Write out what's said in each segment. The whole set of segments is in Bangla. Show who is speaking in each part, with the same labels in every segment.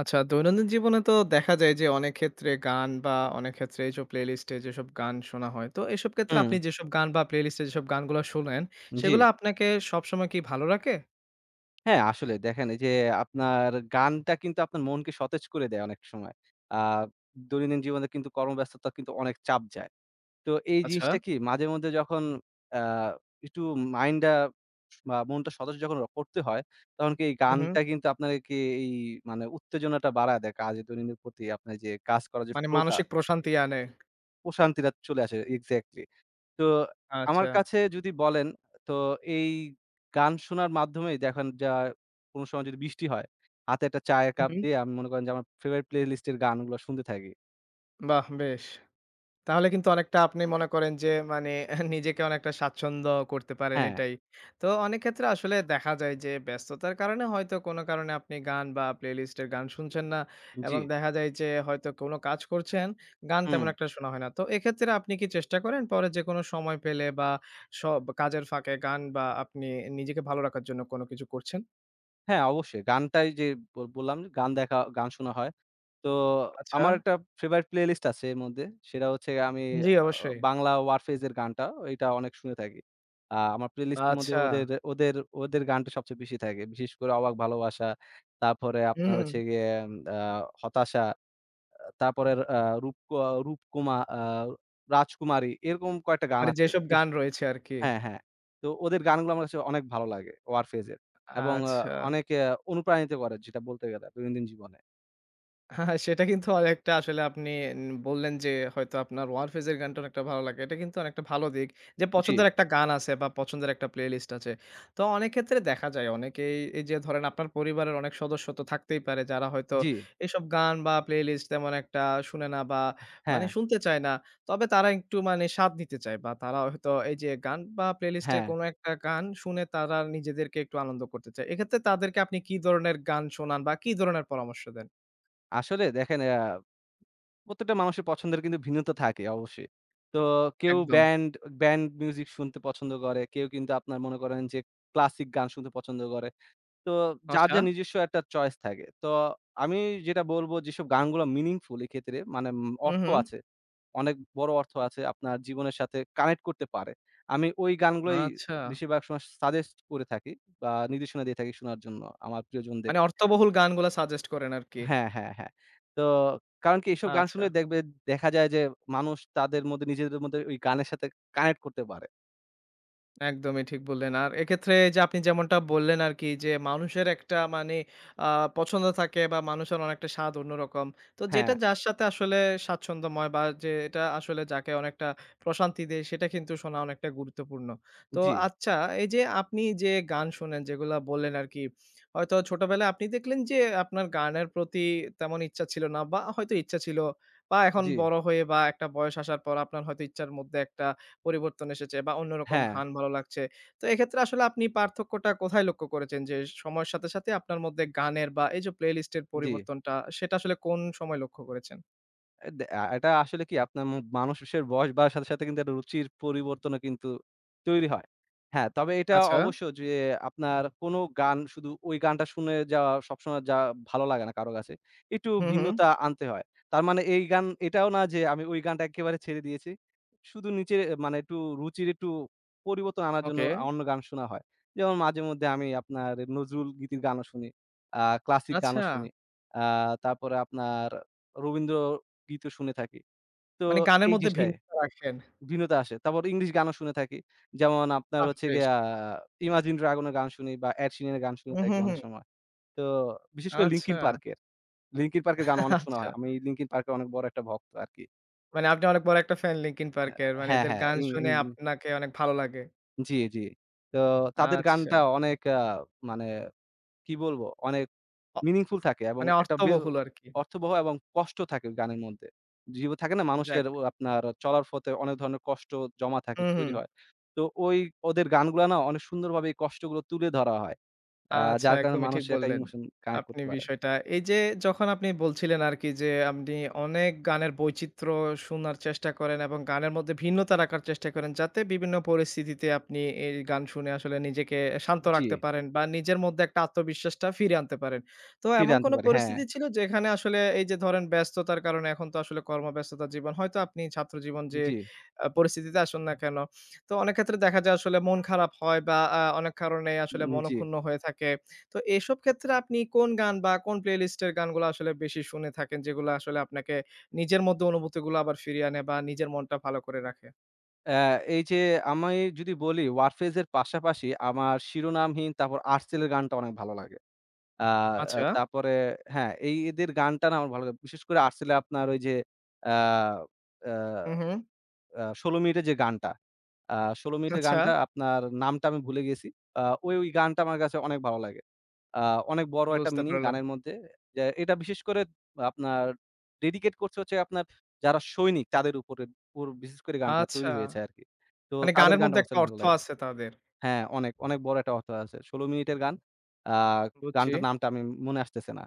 Speaker 1: আচ্ছা, দৈনন্দিন জীবনে তো দেখা যায় যে অনেক ক্ষেত্রে গান বা অনেক ক্ষেত্রে এইসব প্লেলিস্টে যেসব গান শোনা হয়। তো এসব ক্ষেত্রে
Speaker 2: হুম,
Speaker 1: আপনি যেসব গান বা প্লেলিস্টে যেসব গানগুলা শোনেন,
Speaker 2: জি।
Speaker 1: সেগুলা আপনাকে সবসময় কি ভালো রাখে?
Speaker 2: হ্যাঁ, আসলে দেখেন এই যে আপনার গানটা কিন্তু আপনার মনকে সতেজ করে দেয় অনেক সময়। আ দৈনন্দিন জীবনে কিন্তু কর্মব্যস্ততা কিন্তু অনেক চাপ যায়। তো এই
Speaker 1: আচ্ছা।
Speaker 2: জিনিসটা কি মাঝে মধ্যে যখন আ একটু মাইন্ডটা বা মনটা সতেজ যখন করতে হয়, তখন কি এই
Speaker 1: হু, হু।
Speaker 2: গানটা কিন্তু আপনাকে কি এই মানে উত্তেজনাটা বাড়ায় দেয় কাজে দৈনন্দিন প্রতি আপনার যে কাজ করার যে
Speaker 1: মানে
Speaker 2: ফ্লো টা,
Speaker 1: মানসিক প্রশান্তি আনে।
Speaker 2: প্রশান্তিটা চলে আসে এক্সাক্টলি। তো আমার
Speaker 1: আচ্ছা।
Speaker 2: কাছে যদি বলেন, তো এই গান শোনার মাধ্যমেই দেখেন যা কোন সময় যদি বৃষ্টি হয়, হাতে একটা চায়ের
Speaker 1: হু,
Speaker 2: কাপ
Speaker 1: হু।
Speaker 2: দিয়ে আমি মনে করেন যে আমার ফেভারিট প্লে লিস্ট এর গানগুলো শুনতে থাকি।
Speaker 1: বাহ! বেশ। তাহলে কিন্তু অনেকটা আপনি মনে করেন যে মানে নিজেকে অনেকটা স্বাচ্ছন্দ্য করতে পারেন
Speaker 2: হ্যাঁ,
Speaker 1: এটাই। তো অনেক ক্ষেত্রে আসলে দেখা যায় যে ব্যস্ততার কারণে হয়তো কোনো কারণে আপনি গান বা প্লেলিস্ট এর গান শুনছেন না
Speaker 2: জি,
Speaker 1: এবং দেখা যায় যে হয়তো কোনো কাজ করছেন, গান
Speaker 2: হুম।
Speaker 1: তেমন একটা শোনা হয় না। তো এক্ষেত্রে আপনি কি চেষ্টা করেন পরে যেকোনো সময় পেলে বা সব কাজের ফাঁকে গান বা আপনি নিজেকে ভালো রাখার জন্য কোনো কিছু করছেন?
Speaker 2: হ্যাঁ, অবশ্যই। গানটাই যে বললাম যে গান দেখা গান শোনা হয়। তো
Speaker 1: আচ্ছা।
Speaker 2: আমার একটা ফেভারিট প্লেলিস্ট আছে এর মধ্যে। সেটা হচ্ছে আমি
Speaker 1: জি,
Speaker 2: আ
Speaker 1: অবশ্যই।
Speaker 2: বাংলা ওয়ারফেজ এর গানটা ওইটা অনেক শুনে থাকি। আমার প্লেলিস্ট এর মধ্যে
Speaker 1: আচ্ছা।
Speaker 2: ওদের ওদের ওদের গানটা সবচেয়ে বেশি থাকে। বিশেষ করে 'অবাক ভালোবাসা' তারপরে
Speaker 1: হুম,
Speaker 2: আপনার
Speaker 1: হুম।
Speaker 2: হচ্ছে গিয়ে আ 'হতাশা' তারপরে আ রূপ আ 'রূপকুমা' 'রাজকুমারী' এরকম কয়েকটা গান
Speaker 1: মানে
Speaker 2: আছে।
Speaker 1: যেসব
Speaker 2: বেশ
Speaker 1: গান রয়েছে আরকি।
Speaker 2: হ্যাঁ, হ্যাঁ। তো ওদের গানগুলো আমার কাছে অনেক ভালো লাগে ওয়ারফেজের এবং
Speaker 1: আচ্ছা।
Speaker 2: অনেক অনুপ্রাণিত করে যেটা বলতে গেলে দৈনন্দিন জীবনে।
Speaker 1: হ্যাঁ, সেটা কিন্তু অনেকটা আসলে আপনি ন বললেন যে হয়তো আপনার ওয়ারফেজ এর গানটা অনেকটা ভালো লাগে। এটা কিন্তু অনেকটা ভালো দিক। যে
Speaker 2: জি,
Speaker 1: পছন্দের একটা গান আছে বা পছন্দের একটা প্লেলিস্ট আছে। তো অনেক ক্ষেত্রে দেখা যায় অনেকেই এই যে ধরেন আপনার পরিবারের অনেক সদস্য তো থাকতেই পারে যারা হয়তো
Speaker 2: জি।
Speaker 1: এসব গান বা প্লেলিস্ট তেমন একটা শুনে না বা মানে
Speaker 2: হ্যাঁ,
Speaker 1: শুনতে চায় না। তবে তারা একটু মানে স্বাদ নিতে চায় বা তারা হয়তো এই যে গান বা প্লেলিস্ট এর
Speaker 2: হ্যাঁ।
Speaker 1: কোনো একটা গান শুনে তারা নিজেদেরকে একটু আনন্দ করতে চায়। এক্ষেত্রে তাদেরকে আপনি কি ধরনের গান শোনান বা কি ধরনের পরামর্শ দেন?
Speaker 2: আসলে দেখেন প্রত্যেকটা মানুষের পছন্দের কিন্তু ভিন্নতা থাকে অবশ্যই। তো কেউ
Speaker 1: একদম।
Speaker 2: ব্যান্ড মিউজিক শুনতে পছন্দ করে। কেউ কিন্তু আপনার মনে করেন যে ক্লাসিক গান শুনতে পছন্দ করে। তো যার,
Speaker 1: আচ্ছা।
Speaker 2: যার নিজস্ব একটা চয়েস থাকে। তো আমি যেটা বলব যেসব গানগুলো মিনিংফুল এক্ষেত্রে মানে
Speaker 1: হু,
Speaker 2: অর্থ
Speaker 1: হু।
Speaker 2: আছে অনেক বড় অর্থ আছে আপনার জীবনের সাথে কানেক্ট করতে পারে। আমি ওই গানগুলোই
Speaker 1: আচ্ছা।
Speaker 2: বেশিরভাগ সময় সাজেস্ট করে থাকি বা নির্দেশনা দিয়ে থাকি শোনার জন্য আমার
Speaker 1: মানে
Speaker 2: প্রিয়জনদেরকে।
Speaker 1: অর্থবহুল গানগুলা সাজেস্ট করেন আরকি।
Speaker 2: হ্যাঁ। তো কারণ কি এইসব গান
Speaker 1: আচ্ছা।
Speaker 2: শুনলে দেখবে দেখা যায় যে মানুষ তাদের মধ্যে নিজেদের মধ্যে ওই গানের সাথে কানেক্ট করতে পারে।
Speaker 1: একদমই ঠিক বললেন। আর এক্ষেত্রে যে আপনি যেমনটা বললেন আরকি যে মানুষের একটা মানে আ পছন্দ থাকে বা মানুষের অনেকটা স্বাদ অন্যরকম। তো যেটা
Speaker 2: হ্যাঁ,
Speaker 1: যার সাথে আসলে স্বাচ্ছন্দ্যময় বা যে এটা আসলে যাকে অনেকটা প্রশান্তি দেয় সেটা কিন্তু শোনা অনেকটা গুরুত্বপূর্ণ। তো
Speaker 2: জি,
Speaker 1: আচ্ছা এই যে আপনি যে গান শোনেন যেগুলা বললেন আরকি, হয়তো ছোটবেলায় আপনি দেখলেন যে আপনার গানের প্রতি তেমন ইচ্ছা ছিল না বা হয়তো ইচ্ছা ছিল বা এখন
Speaker 2: জি,
Speaker 1: বড় হয়ে বা একটা বয়স আসার পর আপনার হয়তো ইচ্ছার মধ্যে একটা পরিবর্তন এসেছে বা অন্যরকম
Speaker 2: হ্যাঁ,
Speaker 1: ঘ্রাণ ভালো লাগছে। তো এক্ষেত্রে আসলে আপনি পার্থক্যটা কোথায় লক্ষ্য করেছেন? যে সময়ের সাথে, সাথে আপনার মধ্যে গানের বা এই যে প্লেলিস্ট এর
Speaker 2: জি।
Speaker 1: পরিবর্তনটা সেটা আসলে কোন সময় লক্ষ্য করেছেন?
Speaker 2: এ দে আ এটা আসলে কি আপনার মানুষের বয়স বাড়ার সাথে, সাথে কিন্তু একটা রুচির পরিবর্তনও কিন্তু তৈরি হয়। হ্যাঁ, তবে এটা
Speaker 1: আচ্ছা।
Speaker 2: অবশ্য যে আপনার কোনো গান শুধু ওই গানটা শুনে যাওয়া সবসময় যা ভালো লাগে না কারো কাছে। একটু
Speaker 1: হুম, হুম।
Speaker 2: ভিন্নতা আনতে হয়। তার মানে এই গান এটাও না যে আমি ওই গানটা একেবারে ছেড়ে দিয়েছি। শুধু নিচে মানে একটু রুচির একটু পরিবর্তন আনার জন্য
Speaker 1: ওকে।
Speaker 2: অন্য গান শোনা হয়। যেমন মাঝেমধ্যে আমি আপনার নজরুল গীতির গানও শুনি, ক্লাসিক
Speaker 1: আচ্ছা।
Speaker 2: গানও শুনি। আ তারপরে আপনার রবীন্দ্র গীতও শুনে থাকি। তো
Speaker 1: মানে গানের
Speaker 2: এই
Speaker 1: মধ্যে
Speaker 2: জিনিসটায়
Speaker 1: ভিন্নতা রাখেন।
Speaker 2: ভিন্নতা আসে। তারপর ইংলিশ গানও শুনে থাকি। যেমন আপনার
Speaker 1: বাহ!
Speaker 2: হচ্ছে
Speaker 1: বেশ।
Speaker 2: গিয়ে 'Imagine Dragon' এর গান শুনি বা 'এড শিরান' এর গান শুনে
Speaker 1: হুম,
Speaker 2: থাকি
Speaker 1: হুম,
Speaker 2: অনেক
Speaker 1: হুম।
Speaker 2: সময়। তো বিশেষ করে
Speaker 1: আচ্ছা,
Speaker 2: 'Linkin Park' এর। 'Linkin Park' এর গান অনেক শোনা
Speaker 1: আচ্ছা।
Speaker 2: হয়। আমি 'Linkin Park' এর অনেক বড় একটা ভক্ত আরকি।
Speaker 1: মানে আপনি অনেক বড় একটা ফ্যান লিঙ্কিন পার্কের। মানে
Speaker 2: হ্যাঁ,
Speaker 1: এদের
Speaker 2: হ্যাঁ।
Speaker 1: গান
Speaker 2: ইং ইং
Speaker 1: শুনে
Speaker 2: ইং
Speaker 1: আপনাকে অনেক ভালো লাগে।
Speaker 2: জি, জি। তো তাদের
Speaker 1: আচ্ছা।
Speaker 2: গানটা অনেক মানে কি বলবো? অনেক
Speaker 1: অ
Speaker 2: মিনিংফুল থাকে এবং
Speaker 1: মানে
Speaker 2: একটা
Speaker 1: অর্থবহুল আরকি।
Speaker 2: অর্থবহ এবং কষ্ট থাকে গানের মধ্যে। জীব থাকে না মানুষের
Speaker 1: যাক।
Speaker 2: ও আপনার চলার পথে অনেক ধরনের কষ্ট জমা থাকে,
Speaker 1: হুম,
Speaker 2: তৈরি
Speaker 1: হুম।
Speaker 2: হয়। তো ওদের গানগুলা না অনেক সুন্দরভাবে এই কষ্টগুলো তুলে ধরা হয়। আ
Speaker 1: আচ্ছা,
Speaker 2: যার কারণে
Speaker 1: একদমই
Speaker 2: মানুষ
Speaker 1: ঠিক
Speaker 2: একটা
Speaker 1: বললেন।
Speaker 2: ইমোশন কানেক্ট
Speaker 1: আপনি
Speaker 2: করতে পারে।
Speaker 1: বিষয়টা এই যে যখন আপনি বলছিলেন আরকি যে আপনি অনেক গানের বৈচিত্র্য শোনার চেষ্টা করেন এবং গানের মধ্যে ভিন্নতা রাখার চেষ্টা করেন যাতে বিভিন্ন পরিস্থিতিতে আপনি এই গান শুনে আসলে নিজেকে শান্ত
Speaker 2: জি,
Speaker 1: রাখতে পারেন বা নিজের মধ্যে একটা আত্মবিশ্বাসটা ফিরিয়ে আনতে পারেন। তো
Speaker 2: ফিরে
Speaker 1: এমন
Speaker 2: আনতে
Speaker 1: কোনো
Speaker 2: পারে। হ্যাঁ,
Speaker 1: পরিস্থিতি ছিল যেখানে আসলে এই যে ধরেন ব্যস্ততার কারণে এখন তো আসলে কর্মব্যস্ততার জীবন হয়তো আপনি ছাত্রজীবন যে
Speaker 2: জি,
Speaker 1: পরিস্থিতিতে আসুন না কেন তো অনেক ক্ষেত্রে দেখা যায় আসলে মন খারাপ হয় বা অনেক কারণে আসলে
Speaker 2: জি।
Speaker 1: মনক্ষুণ্ণ হয়ে থাকে। তো এসব ক্ষেত্রে আপনি কোন গান বা কোন প্লেলিস্ট এর গানগুলা আসলে বেশি শুনে থাকেন? যেগুলা আসলে আপনাকে নিজের মধ্যে অনুভূতিগুলো আবার ফিরিয়ে আনে বা নিজের মনটা ভালো করে রাখে?
Speaker 2: অ্যা এই যে আমি যদি বলি Warfaze এর পাশাপাশি আমার শিরোনামহীন তারপর Artcell এর গানটা অনেক ভালো লাগে। আ আ
Speaker 1: আচ্ছা।
Speaker 2: তারপরে হ্যাঁ, এই এদের গানটা না আমার ভালো লাগে। বিশেষ করে আসলে আপনার ওই যে আ আ
Speaker 1: হু, হু।
Speaker 2: আ ১৬ মিনিটের যে গানটা, আ ১৬ মিনিটের
Speaker 1: আচ্ছা,
Speaker 2: গানটা আপনার নামটা আমি ভুলে গেছি। ওই গানটা আমার কাছে অনেক ভালো লাগে। আ অনেক বড় একটা
Speaker 1: বুঝতে
Speaker 2: মিনিং
Speaker 1: পারলাম।
Speaker 2: গানের মধ্যে। যে এটা বিশেষ করে আপনার ডেডিকেট করছে হচ্ছে আপনার যারা সৈনিক তাদের উপর বিশেষ করে গানটা তৈরি
Speaker 1: আচ্ছা,
Speaker 2: হয়েছে আরকি। তো
Speaker 1: মানে
Speaker 2: তাদের
Speaker 1: গানের
Speaker 2: গানটা
Speaker 1: মধ্যে
Speaker 2: আমার
Speaker 1: একটা
Speaker 2: কাছে ভালো
Speaker 1: অর্থ
Speaker 2: লাগে।
Speaker 1: আছে তাদের।
Speaker 2: হ্যাঁ, অনেক, অনেক বড় একটা অর্থ আছে। ১৬ মিনিটের গান। আ
Speaker 1: বুঝছি।
Speaker 2: গানটার নামটা আমি মনে আসতেছে না।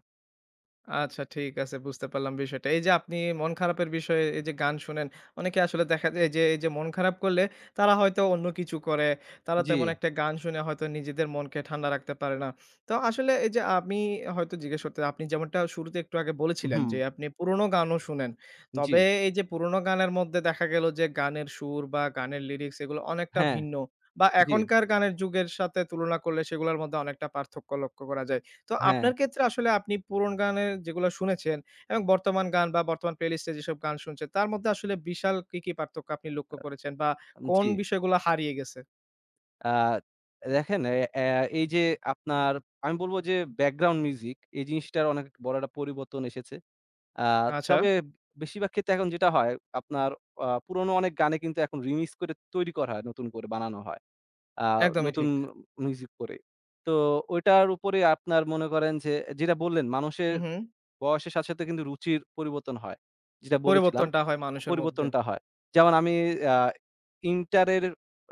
Speaker 1: আচ্ছা ঠিক আছে বুঝতে পারলাম বিষয়টা। এই যে আপনি মন খারাপের বিষয়ে এই যে গান শুনেন, অনেকে আসলে দেখা যায় যে এই যে মন খারাপ করলে তারা হয়তো অন্য কিছু করে। তারা
Speaker 2: জি,
Speaker 1: তেমন একটা গান শুনে হয়তো নিজেদের মনকে ঠান্ডা রাখতে পারে না। তো আসলে এই যে আমি হয়তো জিজ্ঞেস করতে আপনি যেমনটা শুরুতে একটু আগে বলেছিলেন
Speaker 2: হুম,
Speaker 1: যে আপনি পুরোনো গানও শুনেন।
Speaker 2: জি,
Speaker 1: তবে এই যে পুরোনো গানের মধ্যে দেখা গেল যে গানের সুর বা গানের লিরিক্স এগুলো অনেকটা
Speaker 2: হ্যাঁ,
Speaker 1: ভিন্ন বা
Speaker 2: জি,
Speaker 1: এখনকার গানের যুগের সাথে তুলনা করলে সেগুলোর মধ্যে অনেকটা পার্থক্য লক্ষ্য করা যায়। তো
Speaker 2: হ্যাঁ,
Speaker 1: আপনার ক্ষেত্রে আসলে আপনি পুরোন গানের যেগুলা শুনেছেন এবং বর্তমান গান বা বর্তমান প্লেলিস্টে যেসব গান শুনছেন তার মধ্যে আসলে বিশাল কি, কি পার্থক্য আপনি লক্ষ্য করেছেন বা কোন
Speaker 2: জি।
Speaker 1: বিষয়গুলো হারিয়ে গেছে?
Speaker 2: আ দেখেন এ অ্যা এই যে আপনার আমি বলব যে ব্যাকগ্রাউন্ড মিউজিক এই জিনিসটার অনেক বড় একটা পরিবর্তন এসেছে। আ
Speaker 1: আচ্ছা,
Speaker 2: তবে বেশিরভাগ ক্ষেত্রে এখন যেটা হয় আপনার পুরনো অনেক গানে কিন্তু এখন রিমিক্স করে তৈরি করা হয়, নতুন করে বানানো হয়। আ
Speaker 1: একদমই
Speaker 2: নতুন
Speaker 1: ঠিক।
Speaker 2: মিউজিক করে। তো ওইটার উপরে আপনার মনে করেন যে যেটা বললেন মানুষের
Speaker 1: হুম, হুম।
Speaker 2: বয়সের সাথে, সাথে কিন্তু রুচির পরিবর্তন হয়। যেটা বলেছিলাম,
Speaker 1: পরিবর্তনটা হয় মানুষের মধ্যে।
Speaker 2: পরিবর্তনটা হয়। যেমন আমি আ ইন্টারের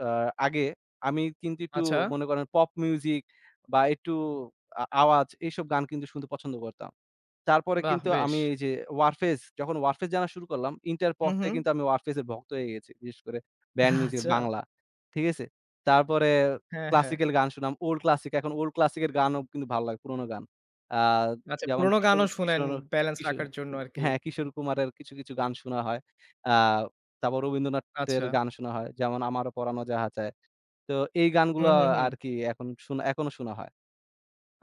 Speaker 2: আ আগে আমি কিন্তু একটু
Speaker 1: আচ্ছা,
Speaker 2: মনে করেন পপ মিউজিক বা একটু আওয়াজ এইসব গান কিন্তু শুনতে পছন্দ করতাম। তারপরে
Speaker 1: বাহ!
Speaker 2: কিন্তু
Speaker 1: বেশ।
Speaker 2: আমি এই যে ওয়ারফেজ, যখন ওয়ারফেজ জানা শুরু করলাম, ইন্টার পর
Speaker 1: হুম,
Speaker 2: থেকে
Speaker 1: হুম।
Speaker 2: কিন্তু আমি ওয়ারফেজ এর ভক্ত হয়ে গেছি। বিশেষ করে ব্যান্ড মিউজিক
Speaker 1: আচ্ছা।
Speaker 2: বাংলা। ঠিক আছে? তারপরে
Speaker 1: হ্যাঁ, হ্যাঁ।
Speaker 2: ক্লাসিক্যাল গান শুনলাম। ওল্ড ক্লাসিক, এখন ওল্ড ক্লাসিক এর গানও কিন্তু ভালো লাগে, পুরোনো গান। আ
Speaker 1: আচ্ছা
Speaker 2: যেমন
Speaker 1: পুরোনো গানও শুনেন ব্যালেন্স
Speaker 2: কিশোর
Speaker 1: রাখার জন্য আরকি।
Speaker 2: হ্যাঁ, কিশোর কুমারের কিছু, কিছু গান শোনা হয়। আ তারপর রবীন্দ্রনাথের
Speaker 1: আচ্ছা।
Speaker 2: গান শোনা হয়। যেমন 'আমারও পরানো যাহা চায়।' তো এই গানগুলো
Speaker 1: হুম, হুম, হুম।
Speaker 2: আরকি এখন শোনা এখনো শোনা হয়।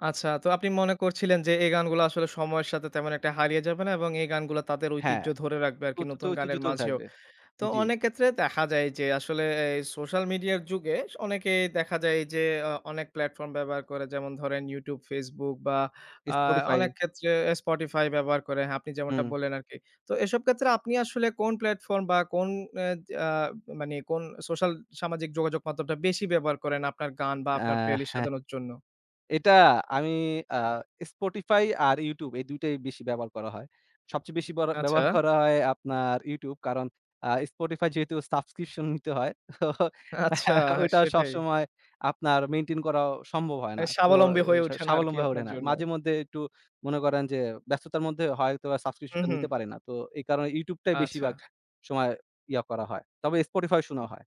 Speaker 1: আচ্ছা তো আপনি মনে করছিলেন যে এই গানগুলো আসলে সময়ের সাথে তেমন একটা হারিয়ে যাবে না এবং এই গানগুলো তাদের ঐতিহ্য
Speaker 2: হ্যাঁ,
Speaker 1: ধরে রাখবে
Speaker 2: তো
Speaker 1: আরকি
Speaker 2: তো তো
Speaker 1: নতুন
Speaker 2: একটু
Speaker 1: গানের
Speaker 2: জুতো
Speaker 1: মাঝেও।
Speaker 2: থাকবে।
Speaker 1: তো
Speaker 2: জি,
Speaker 1: অনেক ক্ষেত্রে দেখা যায় যে আসলে এই সোশ্যাল মিডিয়ার যুগে অনেকেই দেখা যায় যে অনেক প্ল্যাটফর্ম ব্যবহার করে। যেমন ধরেন YouTube, Facebook বা আ অনেক
Speaker 2: Spotify
Speaker 1: ক্ষেত্রে Spotify ব্যবহার করে। হ্যাঁ, আপনি যেমনটা
Speaker 2: হুম।
Speaker 1: বললেন আরকি। তো এসব ক্ষেত্রে আপনি আসলে কোন প্ল্যাটফর্ম বা কোন এ আ মানে কোন সোশ্যাল সামাজিক যোগাযোগ মাধ্যমটা বেশি ব্যবহার করেন আপনার গান বা
Speaker 2: আ
Speaker 1: আপনার প্লেলিস্ট
Speaker 2: হ্যাঁ,
Speaker 1: সাজানোর জন্য?
Speaker 2: এটা আমি আ Spotify আর YouTube এই ২ টাই বেশি ব্যবহার করা হয়। সবচেয়ে বেশি বড়
Speaker 1: আচ্ছা,
Speaker 2: ব্যবহার করা হয় আপনার YouTube কারণ Spotify যেহেতু সাবস্ক্রিপশন নিতে হয় তো
Speaker 1: আচ্ছা
Speaker 2: ওইটা
Speaker 1: সেটাই।
Speaker 2: সবসময় আপনার মেইনটেইন করাও সম্ভব হয় না।
Speaker 1: মানে
Speaker 2: তো
Speaker 1: স্বাবলম্বী হয়ে ওঠে না আরকি
Speaker 2: স্বাবলম্বী হয়ে
Speaker 1: আপনার
Speaker 2: ওঠে না।
Speaker 1: জন্য।
Speaker 2: মাঝেমধ্যে একটু মনে করেন যে ব্যস্ততার মধ্যে হয়তোবা
Speaker 1: হুম,
Speaker 2: সাবস্ক্রিপশনটা
Speaker 1: হুম।
Speaker 2: নিতে পারি না। তো এই কারণে YouTube টাই
Speaker 1: আচ্ছা।
Speaker 2: বেশিরভাগ সময় ইয়া করা হয়। তবে Spotify শোনা হয়।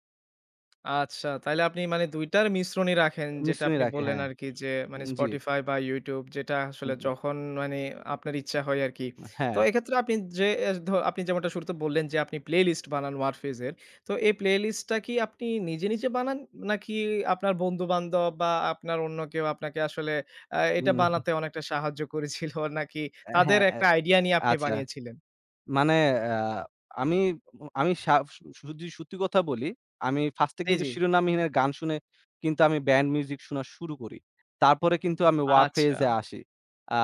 Speaker 1: আচ্ছা, তাইলে আপনি মানে ২ টার মিশ্রণই রাখেন যেটা
Speaker 2: মিশ্রণই
Speaker 1: আপনি
Speaker 2: রাখি
Speaker 1: বললেন
Speaker 2: হ্যাঁ।
Speaker 1: আরকি যে মানে
Speaker 2: উম, জি।
Speaker 1: Spotify বা YouTube যেটা আসলে
Speaker 2: হুম,
Speaker 1: যখন মানে আপনার ইচ্ছা হয় আরকি। তো
Speaker 2: হ্যাঁ।
Speaker 1: এক্ষেত্রে আপনি যে এস ধ আপনি যেমনটা শুরুতে বললেন যে আপনি প্লেলিস্ট বানান ওয়ারফেজের। তো এই প্লেলিস্টটা কি আপনি নিজে, নিজে বানান? নাকি আপনার বন্ধু-বান্ধব বা আপনার অন্য কেউ আপনাকে আসলে এটা
Speaker 2: হুম।
Speaker 1: বানাতে অনেকটা সাহায্য করেছিল? নাকি তাদের
Speaker 2: হ্যাঁ,
Speaker 1: একটা আইডিয়া নিয়ে আপনি
Speaker 2: আচ্ছা।
Speaker 1: বানিয়েছিলেন?
Speaker 2: মানে আ আমি আমি সা যদি সত্যি কথা বলি, আমি ফার্স্ট এ
Speaker 1: জি,
Speaker 2: কিন্তু
Speaker 1: জি।
Speaker 2: শিরোনামহীনের গান শুনে কিন্তু আমি ব্যান্ড মিউজিক শোনা শুরু করি। তারপরে কিন্তু আমি
Speaker 1: আচ্ছা।
Speaker 2: Warfaze এ আসি। আ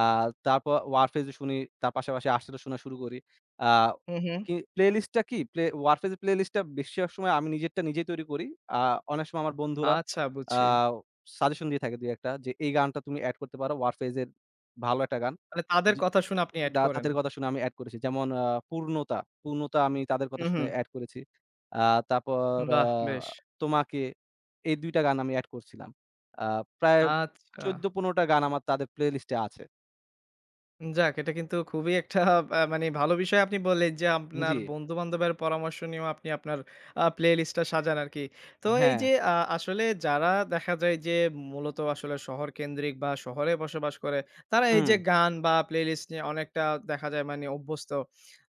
Speaker 2: তারপর Warfaze শুনি, তার পাশাপাশি Artcell শোনা শুরু করি। আ
Speaker 1: হু, হু।
Speaker 2: কি প্লেলিস্ট টা কি? Warfaze এর প্লেলিস্ট টা বেশিরভাগ সময় আমি নিজেরটা নিজেই তৈরি করি। আ অনেক সময় আমার বন্ধুরা
Speaker 1: আচ্ছা
Speaker 2: আ
Speaker 1: বুঝছি।
Speaker 2: সাজেশন দিয়ে থাকে ২-১ টা যে, "এই গানটা তুমি এড করতে পারো। Warfaze এর ভালো একটা গান।"
Speaker 1: মানে তাদের
Speaker 2: জি
Speaker 1: কথা শুনে আপনি এড
Speaker 2: দা
Speaker 1: করেন।
Speaker 2: তাদের কথা শুনে আমি এড করেছি। যেমন পূর্ণতা, পূর্ণতা আমি তাদের
Speaker 1: হুম,
Speaker 2: কথা
Speaker 1: হুম।
Speaker 2: শুনে এড করেছি। আ তারপর আ
Speaker 1: বাহ! বেশ।
Speaker 2: তোমাকে এই ২ টা গান আমি এড করছিলাম। আ প্রায়
Speaker 1: আচ্ছা।
Speaker 2: ১৪-১৫ টা গান আমার তাদের প্লেলিস্ট এ আছে।
Speaker 1: যাক এটা কিন্তু খুবই একটা মানে ভালো বিষয় আপনি বললেন যে আপনার
Speaker 2: জি,
Speaker 1: বন্ধু-বান্ধবের পরামর্শ নিয়েও আপনি আপনার প্লেলিস্টটা সাজান আরকি। তো এই
Speaker 2: হ্যাঁ,
Speaker 1: যে আসলে যারা দেখা যায় যে মূলত আসলে শহর কেন্দ্রিক বা শহরে বসবাস করে, তারা এই
Speaker 2: হুম,
Speaker 1: যে গান বা প্লেলিস্ট নিয়ে অনেকটা দেখা যায় মানে অভ্যস্ত।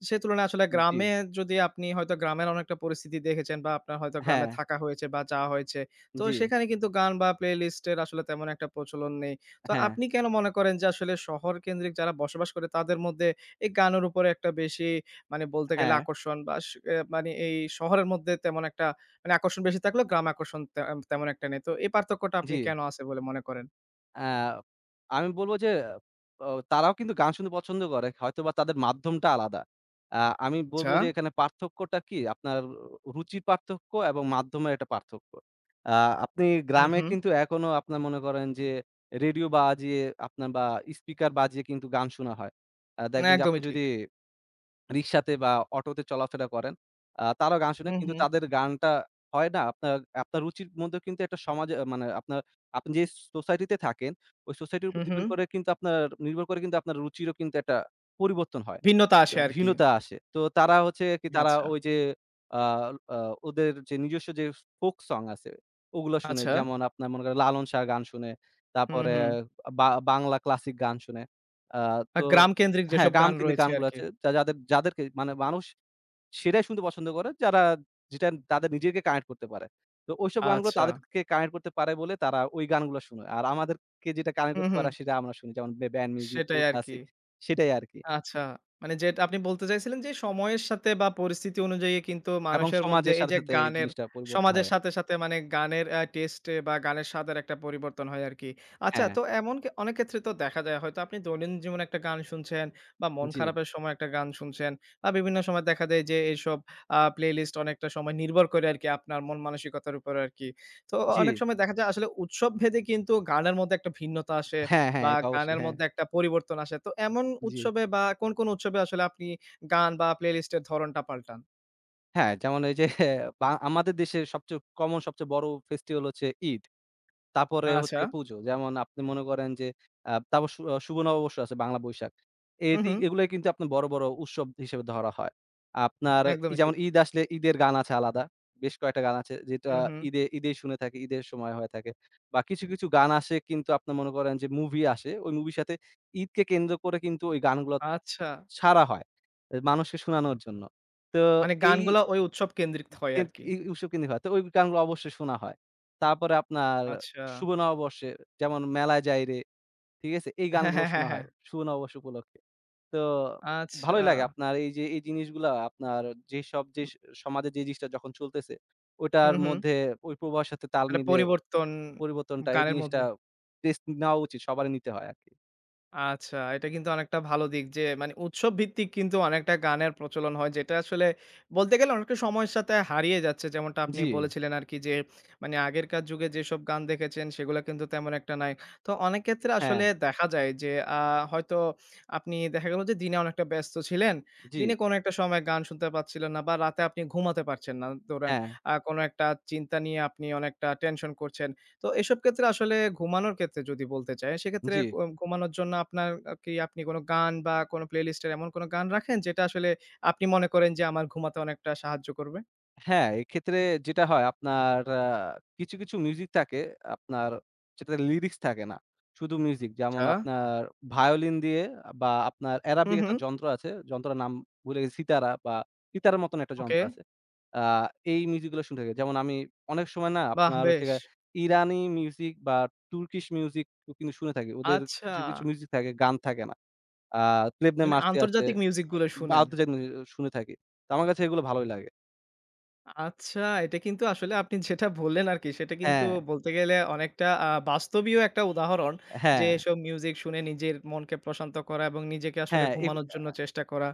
Speaker 1: সে তুলনায় আসলে
Speaker 2: জি,
Speaker 1: গ্রামে যদি আপনি হয়তো গ্রামের অনেকটা পরিস্থিতি দেখেছেন বা আপনার হয়তো গ্রামে
Speaker 2: হ্যাঁ,
Speaker 1: থাকা হয়েছে বা যাওয়া হয়েছে। তো
Speaker 2: জি,
Speaker 1: সেখানে কিন্তু গান বা প্লেলিস্টের আসলে তেমন একটা প্রচলন নেই। তো
Speaker 2: হ্যাঁ,
Speaker 1: আপনি কেন মনে করেন যে আসলে শহর কেন্দ্রিক যারা বসবাস করে তাদের মধ্যে এই গানের উপরে একটা বেশি মানে বলতে গেলে
Speaker 2: হ্যাঁ,
Speaker 1: আকর্ষণ বা স এ মানে এই শহরের মধ্যে তেমন একটা মানে আকর্ষণ বেশি থাকলেও গ্রামে আকর্ষণ তে আহ, তেমন একটা নেই। তো এই পার্থক্যটা আপনি
Speaker 2: জি।
Speaker 1: কেন আছে বলে মনে করেন?
Speaker 2: অ্যা আমি বলব যে তারাও কিন্তু গান শুনতে পছন্দ করে। হয়তোবা তাদের মাধ্যমটা আলাদা। আ আমি বলব
Speaker 1: আচ্ছা।
Speaker 2: যে এখানে পার্থক্যটা কি? আপনার রুচির পার্থক্য এবং মাধ্যমের একটা পার্থক্য। আ আপনি
Speaker 1: হুম,
Speaker 2: গ্রামে
Speaker 1: হুম।
Speaker 2: কিন্তু এখনো আপনার মনে করেন যে রেডিও বাজিয়ে আপনার বা স্পিকার বাজিয়ে কিন্তু গান শোনা হয়।
Speaker 1: না,
Speaker 2: দেখবেন যে আপনি
Speaker 1: একদমই ঠিক।
Speaker 2: যদি রিক্সাতে বা অটোতে চলাফেরা করেন। তারাও গান শোনে।
Speaker 1: হুম,
Speaker 2: কিন্তু
Speaker 1: হুম।
Speaker 2: তাদের গানটা হয় না আপনার রুচির মধ্যে কিন্তু একটা সমাজে মানে আপনার আপনি যে সোসাইটিতে থাকেন, ওই সোসাইটির উপর
Speaker 1: হুম, হুম।
Speaker 2: ডিপেন্ড করে কিন্তু আপনার নির্ভর করে কিন্তু আপনার রুচিরও কিন্তু একটা পরিবর্তন হয়।
Speaker 1: ভিন্নতা আসে আরকি।
Speaker 2: ভিন্নতা আসে। তো তারা হচ্ছে কি তারা
Speaker 1: আচ্ছা,
Speaker 2: ওই যে আ আ ওদের যে নিজস্ব যে ফোক সং আছে ওগুলা শুনে।
Speaker 1: আচ্ছা।
Speaker 2: যেমন আপনার মনে করেন লালন শাহর গান শুনে,
Speaker 1: হুম,
Speaker 2: তারপরে
Speaker 1: হুম।
Speaker 2: বা বাংলা ক্লাসিক গান শুনে। আ তো
Speaker 1: গ্রাম কেন্দ্রিক
Speaker 2: হ্যাঁ,
Speaker 1: যেসব
Speaker 2: গান
Speaker 1: গান
Speaker 2: কিন্তু
Speaker 1: রয়েছে
Speaker 2: গানগুলো
Speaker 1: আরকি।
Speaker 2: আছে যা যাদেরকে মানে মানুষ সেটাই শুনতে পছন্দ করে যারা যেটা তাদের নিজেকে কানেক্ট করতে পারে। তো ঐসব গানগুলো
Speaker 1: আচ্ছা।
Speaker 2: তাদেরকে কানেক্ট করতে পারে বলে তারা ওই গানগুলো শুনে। আর আমাদেরকে যেটা কানেক্ট
Speaker 1: হুম,
Speaker 2: করতে
Speaker 1: হুম।
Speaker 2: পারে সেটা আমরা শুনি। যেমন ব্যান্ড মিউজিক,
Speaker 1: সেটাই
Speaker 2: কোর
Speaker 1: আরকি।
Speaker 2: ক্লাসিক সেটাই আরকি।
Speaker 1: আচ্ছা। মানে যেটা আপনি বলতে চাইছিলেন যে সময়ের সাথে বা পরিস্থিতি অনুযায়ী কিন্তু
Speaker 2: এবং
Speaker 1: মানুষের মধ্যে
Speaker 2: সমাজের
Speaker 1: এই
Speaker 2: সাথে,
Speaker 1: যে
Speaker 2: সাথে এই
Speaker 1: গানের
Speaker 2: জিনিসটা পরিবর্তন
Speaker 1: সমাজের
Speaker 2: হয়।
Speaker 1: সাথে, সাথে মানে গানের টেস্টে বা গানের স্বাদের একটা পরিবর্তন হয় আরকি। আচ্ছা
Speaker 2: হ্যাঁ,
Speaker 1: তো এমন কে অনেক ক্ষেত্রে তো দেখা যায় হয়তো আপনি দৈনন্দিন জীবনে একটা গান শুনছেন বা মন
Speaker 2: জি,
Speaker 1: খারাপের সময় একটা গান শুনছেন বা বিভিন্ন সময় দেখা যায় যে এইসব প্লেলিস্ট অনেকটা সময় নির্ভর করে আরকি আপনার মন মানসিকতার উপর আরকি। তো
Speaker 2: জি।
Speaker 1: অনেক সময় দেখা যায় আসলে উৎসব ভেদে কিন্তু গানের মধ্যে একটা ভিন্নতা আসে।
Speaker 2: হ্যাঁ, হ্যাঁ,
Speaker 1: বা
Speaker 2: এটা অবশ্যই।
Speaker 1: গানের
Speaker 2: হ্যাঁ,
Speaker 1: মধ্যে একটা পরিবর্তন আসে। তো এমন
Speaker 2: জি।
Speaker 1: উৎসবে বা কোন, কোন উৎসবে আসলে আপনি গান বা প্লেলিস্ট এর ধরণটা পাল্টান?
Speaker 2: হ্যাঁ, যেমন এই যে বা আমাদের দেশের সবচেয়ে কমন সবচেয়ে বড় ফেস্টিভাল হচ্ছে ঈদ। তারপরে
Speaker 1: আচ্ছা।
Speaker 2: হচ্ছে পুজো। যেমন আপনি মনে করেন যে আ তারপর শু শুভ নববর্ষ আছে বাংলা বৈশাখ।
Speaker 1: হু,
Speaker 2: এটি
Speaker 1: হু।
Speaker 2: এগুলাই কিন্তু আপনার বড়, বড় উৎসব হিসেবে ধরা হয়। আপনার এই
Speaker 1: একদমই ঠিক।
Speaker 2: যেমন ঈদ আসলে ঈদের গান আছে আলাদা। বেশ কয়েকটা গান আছে যেটা
Speaker 1: হু, হু।
Speaker 2: ঈদে ঈদেই শুনে থাকি, ঈদের সময় হয়ে থাকে। বা কিছু, কিছু গান আসে কিন্তু আপনি মনে করেন যে মুভি আসে। ওই মুভির সাথে ঈদকে কেন্দ্র করে কিন্তু ওই গানগুলো
Speaker 1: আচ্ছা।
Speaker 2: ছাড়া হয়। এ মানুষকে শোনানোর জন্য। তো
Speaker 1: মানে
Speaker 2: এই
Speaker 1: গানগুলা ওই উৎসব কেন্দ্রিক হয়
Speaker 2: কিন
Speaker 1: আরকি।
Speaker 2: ই উৎসব কেন্দ্রিক হয়। তো ওই গানগুলো অবশ্যই শোনা হয়। তারপরে আপনার
Speaker 1: আচ্ছা।
Speaker 2: শুভ নববর্ষে যেমন মেলায় যাই রে, ঠিক আছে? এই
Speaker 1: হ্যাঁ,
Speaker 2: গানগুলো
Speaker 1: হ্যাঁ, হ্যাঁ,
Speaker 2: শোনা হয়
Speaker 1: হ্যাঁ।
Speaker 2: শুভ নববর্ষ উপলক্ষে। তো ভালোই
Speaker 1: আচ্ছা।
Speaker 2: লাগে আপনার এই যে এই জিনিসগুলা আপনার যেসব যে স সমাজে যে জিনিসটা যখন চলতেছে,
Speaker 1: হু,
Speaker 2: ওটার
Speaker 1: হু।
Speaker 2: মধ্যে ওই প্রবাহের সাথে তাল
Speaker 1: একটা
Speaker 2: মিলিয়ে ও
Speaker 1: পরিবর্তন
Speaker 2: পরিবর্তনটা এই
Speaker 1: গানের
Speaker 2: জিনিসটা
Speaker 1: মধ্যে।
Speaker 2: টেস্ট নেওয়া উচিত। সবারই নিতে হয় আরকি।
Speaker 1: আচ্ছা, এটা কিন্তু অনেকটা ভালো দিক যে মানে উৎসব ভিত্তিক কিন্তু অনেকটা গানের প্রচলন হয় যেটা আসলে বলতে গেলে অনেকটা সময়ের সাথে হারিয়ে যাচ্ছে। যেমনটা আপনি
Speaker 2: জি,
Speaker 1: বলেছিলেন আরকি যে মানে আগেরকার যুগে যেসব গান দেখেছেন সেগুলা কিন্তু তেমন একটা নাই। তো অনেক ক্ষেত্রে
Speaker 2: হ্যাঁ,
Speaker 1: আসলে দেখা যায় যে আ হয়তো আপনি দেখা গেল যে দিনে অনেকটা ব্যস্ত ছিলেন।
Speaker 2: জি,
Speaker 1: দিনে কোনো একটা সময় গান শুনতে পাচ্ছিলেন না বা রাতে আপনি ঘুমাতে পারছেন না। ধরেন
Speaker 2: হ্যাঁ,
Speaker 1: কোনো একটা চিন্তা নিয়ে আপনি অনেকটা টেনশন করছেন। তো এসব ক্ষেত্রে আসলে ঘুমানোর ক্ষেত্রে যদি বলতে চাই, সেক্ষেত্রে
Speaker 2: জি।
Speaker 1: ও ঘুমানোর জন্য আপনার কি আপনি কোনো গান বা কোনো প্লেলিস্টের এমন কোনো গান রাখেন যেটা আসলে আপনি মনে করেন যে আমার ঘুমাতে অনেকটা সাহায্য করবে?
Speaker 2: হ্যাঁ, এক্ষেত্রে যেটা হয় আপনার কিছু, কিছু মিউজিক থাকে আপনার যেটাতে লিরিক্স থাকে না। শুধু মিউজিক যেমন
Speaker 1: আচ্ছা।
Speaker 2: আপনার ভায়োলিন দিয়ে বা আপনার
Speaker 1: হু,
Speaker 2: অ্যারাবিক
Speaker 1: হু।
Speaker 2: একটা যন্ত্র আছে। যন্ত্রের নাম ভুলে গেছি সিতারা বা সিতারার মতন একটা
Speaker 1: ওকে।
Speaker 2: যন্ত্র আছে। আ এই মিউজিক গুলো শুনে থাকি। যেমন আমি অনেক সময় না
Speaker 1: বাহ!
Speaker 2: আপনার হচ্ছে
Speaker 1: বেশ।
Speaker 2: গিয়ে ইরানি মিউজিক বা তুর্কিশ মিউজিক কিন্তু শুনে থাকি। ওদের
Speaker 1: আচ্ছা।
Speaker 2: কিছু, কিছু মিউজিক থাকে, গান থাকে না। আ Plebne
Speaker 1: মানে
Speaker 2: Marci আছে
Speaker 1: আন্তর্জাতিক মিউজিক গুলো
Speaker 2: বা
Speaker 1: শুনেন।
Speaker 2: আরো তো যেগুলো শুনে থাকি। তো আমার কাছে এগুলো ভালোই লাগে।
Speaker 1: আচ্ছা, এটা কিন্তু আসলে আপনি যেটা বললেন আরকি সেটা কিন্তু
Speaker 2: হ্যাঁ,
Speaker 1: বলতে গেলে অনেকটা বাস্তবীয় একটা উদাহরণ যে
Speaker 2: হ্যাঁ।
Speaker 1: এসব মিউজিক শুনে নিজের মনকে প্রশান্ত করা এবং নিজেকে আসলে
Speaker 2: হ্যাঁ,
Speaker 1: ঘুমানোর জন্য চেষ্টা করা।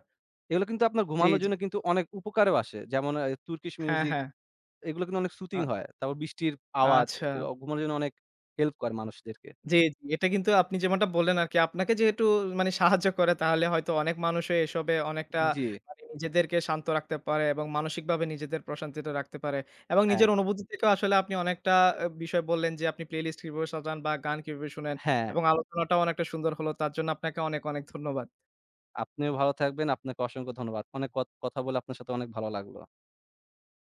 Speaker 2: এগুলো কিন্তু আপনার
Speaker 1: জি,
Speaker 2: ঘুমানোর
Speaker 1: জি।
Speaker 2: জন্য কিন্তু অনেক উপকারেও আসে। যেমন তুর্কিশ
Speaker 1: হ্যাঁ,
Speaker 2: মিউজিক
Speaker 1: হ্যাঁ।
Speaker 2: এগুলো কিন্তু অনেক
Speaker 1: আ
Speaker 2: সুথিং হয়। তারপর বৃষ্টির আওয়াজ
Speaker 1: আচ্ছা।
Speaker 2: এ ঘুমানোর জন্য অনেক হেল্প করে মানুষদেরকে।
Speaker 1: জি, জি। এটা কিন্তু আপনি যেমনটা বললেন আরকি আপনাকে যেহেতু মানে সাহায্য করে তাহলে হয়তো অনেক মানুষই এসবে অনেকটা
Speaker 2: জি,
Speaker 1: মানে নিজেদেরকে শান্ত রাখতে পারে এবং মানসিকভাবে নিজেদের প্রশান্তিটা রাখতে পারে। এবং
Speaker 2: হ্যাঁ,
Speaker 1: নিজের অনুভূতি থেকেও আসলে আপনি অনেকটা বিষয় বললেন যে আপনি প্লেলিস্ট কিভাবে সাজান বা গান কিভাবে শোনেন
Speaker 2: হ্যাঁ।
Speaker 1: এবং আলোচনাটাও অনেকটা সুন্দর হলো। তার জন্য আপনাকে অনেক, অনেক ধন্যবাদ।
Speaker 2: আপনিও ভালো থাকবেন। আপনাকে অসংখ্য ধন্যবাদ। অনেক কথা বলে আপনার সাথে অনেক ভালো লাগলো।